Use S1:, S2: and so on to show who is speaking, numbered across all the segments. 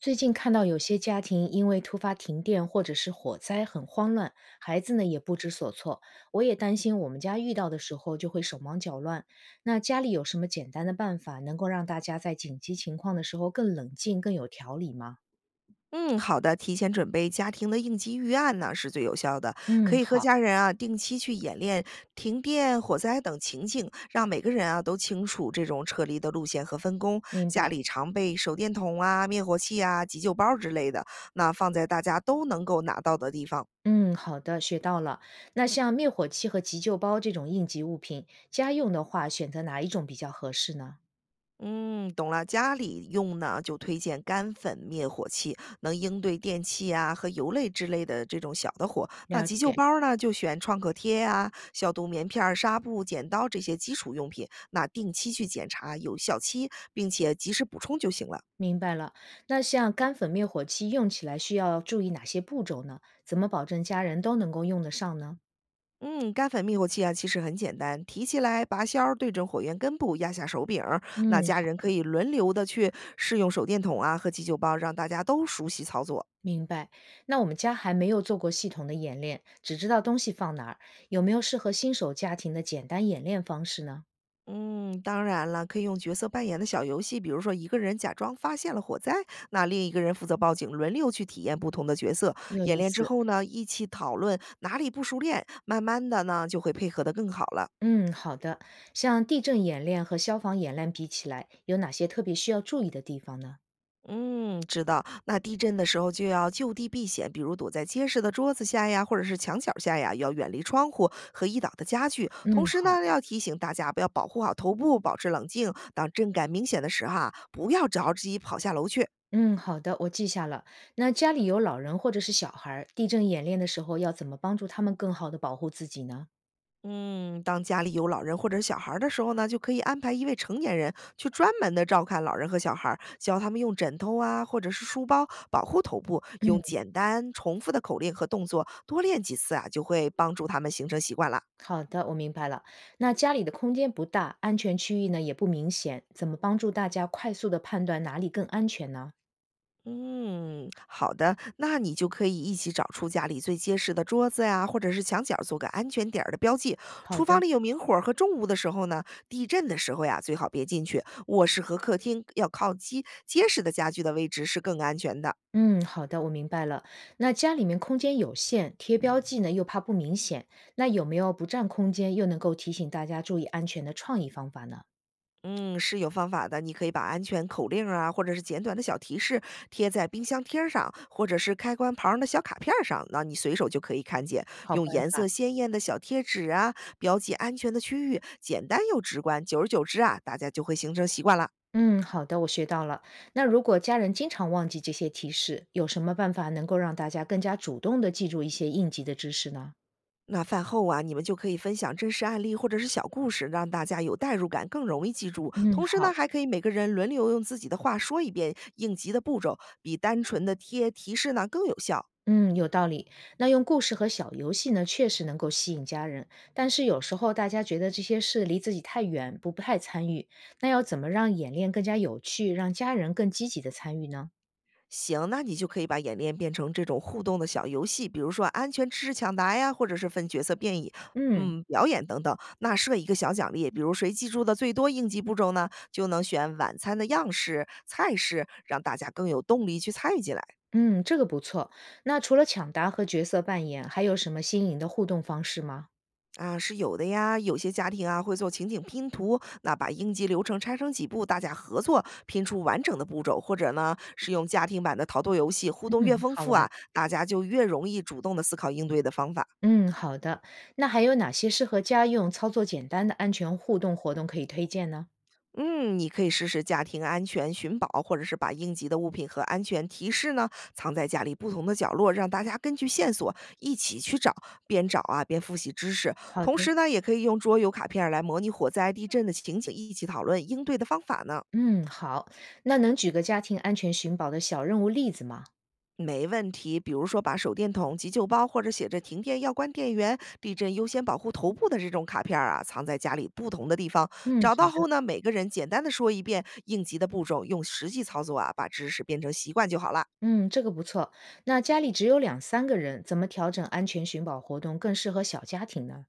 S1: 最近看到有些家庭因为突发停电或者是火灾很慌乱，孩子呢也不知所措。我也担心我们家遇到的时候就会手忙脚乱。那家里有什么简单的办法能够让大家在紧急情况的时候更冷静、更有条理吗？
S2: 嗯，好的，提前准备家庭的应急预案呢是最有效的，可
S1: 嗯，
S2: 以和
S1: 好，
S2: 家人啊定期去演练停电、火灾等情境，让每个人啊都清楚这种撤离的路线和分工。
S1: 明
S2: 家
S1: 白。
S2: 里常备手电筒啊、灭火器啊、急救包之类的，那放在大家都能够拿到的地方。
S1: 嗯，好的，学到了。那像灭火器和急救包这种应急物品，家用的话选择哪一种比较合适呢？
S2: 嗯，懂了。家里用呢，就推荐干粉灭火器，能应对电器啊和油类之类的这种小的火。那
S1: 了
S2: 急救
S1: 解。
S2: 包儿呢，就选创可贴啊、消毒棉片儿、纱布、剪刀这些基础用品。那定期去检查有效期，并且及时补充就行了。
S1: 明白了。那像干粉灭火器用起来需要注意哪些步骤呢？怎么保证家人都能够用得上呢？
S2: 嗯，干粉灭火器啊，其实很简单，提起来拔销儿对准火源根部，压下手柄儿。那
S1: 嗯，
S2: 家人可以轮流的去试用手电筒啊和急救包，让大家都熟悉操作。
S1: 明白。那我们家还没有做过系统的演练，只知道东西放哪儿。有没有适合新手家庭的简单演练方式呢？
S2: 嗯，当然了，可以用角色扮演的小游戏，比如说一个人假装发现了火灾，那另一个人负责报警，轮流去体验不同的角色。
S1: 有
S2: 演
S1: 意
S2: 练之
S1: 思。
S2: 后呢，一起讨论哪里不熟练，慢慢的呢就会配合的更好了。
S1: 嗯，好的。像地震演练和消防演练比起来，有哪些特别需要注意的地方呢？
S2: 嗯，知道。那地震的时候就要就地避险，比如躲在结实的桌子下呀，或者是墙角下呀，要远离窗户和易倒的家具。同
S1: 嗯，
S2: 时
S1: 好。
S2: 呢，要提醒大家不要保护好头部，保持冷静。当震感明显的时候啊，不要着急跑下楼去。
S1: 嗯，好的，我记下了。那家里有老人或者是小孩儿，地震演练的时候要怎么帮助他们更好的保护自己呢？
S2: 嗯，当家里有老人或者小孩儿的时候呢，就可以安排一位成年人去专门的照看老人和小孩儿，教他们用枕头啊，或者是书包保护头部，用
S1: 嗯，
S2: 简单重复的口令和动作多练几次啊，就会帮助他们形成习惯了。
S1: 好的，我明白了。那家里的空间不大，安全区域呢也不明显，怎么帮助大家快速的判断哪里更安全呢？
S2: 嗯，好的，那你就可以一起找出家里最结实的桌子呀，或者是墙角做个安全点儿的标记。
S1: 好
S2: 厨房
S1: 的，
S2: 里有明火儿和重物的时候呢，地震的时候呀，最好别进去。卧室和客厅要靠基结实的家具的位置是更安全的。
S1: 嗯，好的，我明白了。那家里面空间有限，贴标记呢又怕不明显，那有没有不占空间又能够提醒大家注意安全的创意方法呢？
S2: 嗯，是有方法的。你可以把安全口令啊，或者是简短的小提示贴在冰箱贴儿上，或者是开关旁儿的小卡片儿上，那你随手就可以看见。
S1: 好
S2: 用
S1: 办
S2: 颜色
S1: 法。
S2: 鲜艳的小贴纸啊，标记安全的区域，简单又直观。久而久之啊，大家就会形成习惯了。
S1: 嗯，好的，我学到了。那如果家人经常忘记这些提示，有什么办法能够让大家更加主动的记住一些应急的知识呢？
S2: 那饭后啊，你们就可以分享真实案例或者是小故事，让大家有代入感，更容易记住。
S1: 嗯，
S2: 同时呢，
S1: 好，
S2: 还可以每个人轮流用自己的话说一遍应急的步骤，比单纯的贴提示呢更有效。
S1: 嗯，有道理。那用故事和小游戏呢，确实能够吸引家人，但是有时候大家觉得这些事离自己太远，不太参与。那要怎么让演练更加有趣，让家人更积极的参与呢？
S2: 行，那你就可以把演练变成这种互动的小游戏，比如说安全知识抢答呀，或者是分角色变异，
S1: 嗯。
S2: 表演等等。那设一个小奖励，比如谁记住的最多应急步骤呢，就能选晚餐的样式、菜式，让大家更有动力去参与进来。
S1: 嗯，这个不错。那除了抢答和角色扮演，还有什么新颖的互动方式吗？
S2: 是有的呀，有些家庭啊会做情景拼图，那把应急流程拆成几步，大家合作拼出完整的步骤，或者呢是用家庭版的逃脱游戏，互动越
S1: 嗯，
S2: 丰
S1: 好
S2: 富啊，
S1: 玩。
S2: 大家就越容易主动的思考应对的方法。
S1: 嗯，好的。那还有哪些适合家用、操作简单的安全互动活动可以推荐呢？
S2: 嗯，你可以试试家庭安全寻宝，或者是把应急的物品和安全提示呢藏在家里不同的角落，让大家根据线索一起去找，边找啊边复习知识。
S1: 好
S2: 同
S1: 的，
S2: 时呢，也可以用桌游卡片儿来模拟火灾、地震的情景，一起讨论应对的方法呢。
S1: 嗯，好。那能举个家庭安全寻宝的小任务例子吗？
S2: 没问题，比如说把手电筒、急救包或者写着“停电要关电源”“地震优先保护头部”的这种卡片儿啊，藏在家里不同的地方。
S1: 嗯，
S2: 找到
S1: 好的。
S2: 后呢，每个人简单的说一遍应急的步骤，用实际操作啊，把知识变成习惯就好了。
S1: 嗯，这个不错。那家里只有两三个人，怎么调整安全寻宝活动更适合小家庭呢？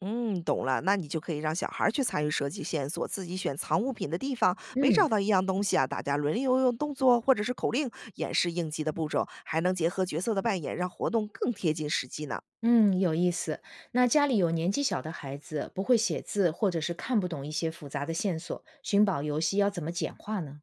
S2: 嗯，懂了，那你就可以让小孩儿去参与设计线索，自己选藏物品的地方。没找
S1: 嗯
S2: 到一样东西啊，大家轮流用动作或者是口令演示应急的步骤，还能结合角色的扮演，让活动更贴近实际呢。
S1: 嗯，有意思。那家里有年纪小的孩子，不会写字或者是看不懂一些复杂的线索，寻宝游戏要怎么简化呢？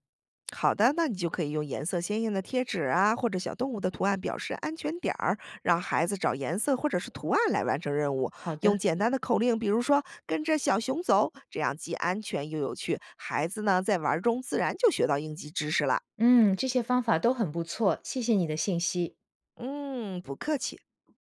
S2: 好的，那你就可以用颜色鲜艳的贴纸啊，或者小动物的图案表示安全点儿，让孩子找颜色或者是图案来完成任务。
S1: 好的，
S2: 用简单的口令，比如说“跟着小熊走”，这样既安全又有趣。孩子呢，在玩儿中自然就学到应急知识了。
S1: 嗯，这些方法都很不错，谢谢你的信息。
S2: 嗯，不客气。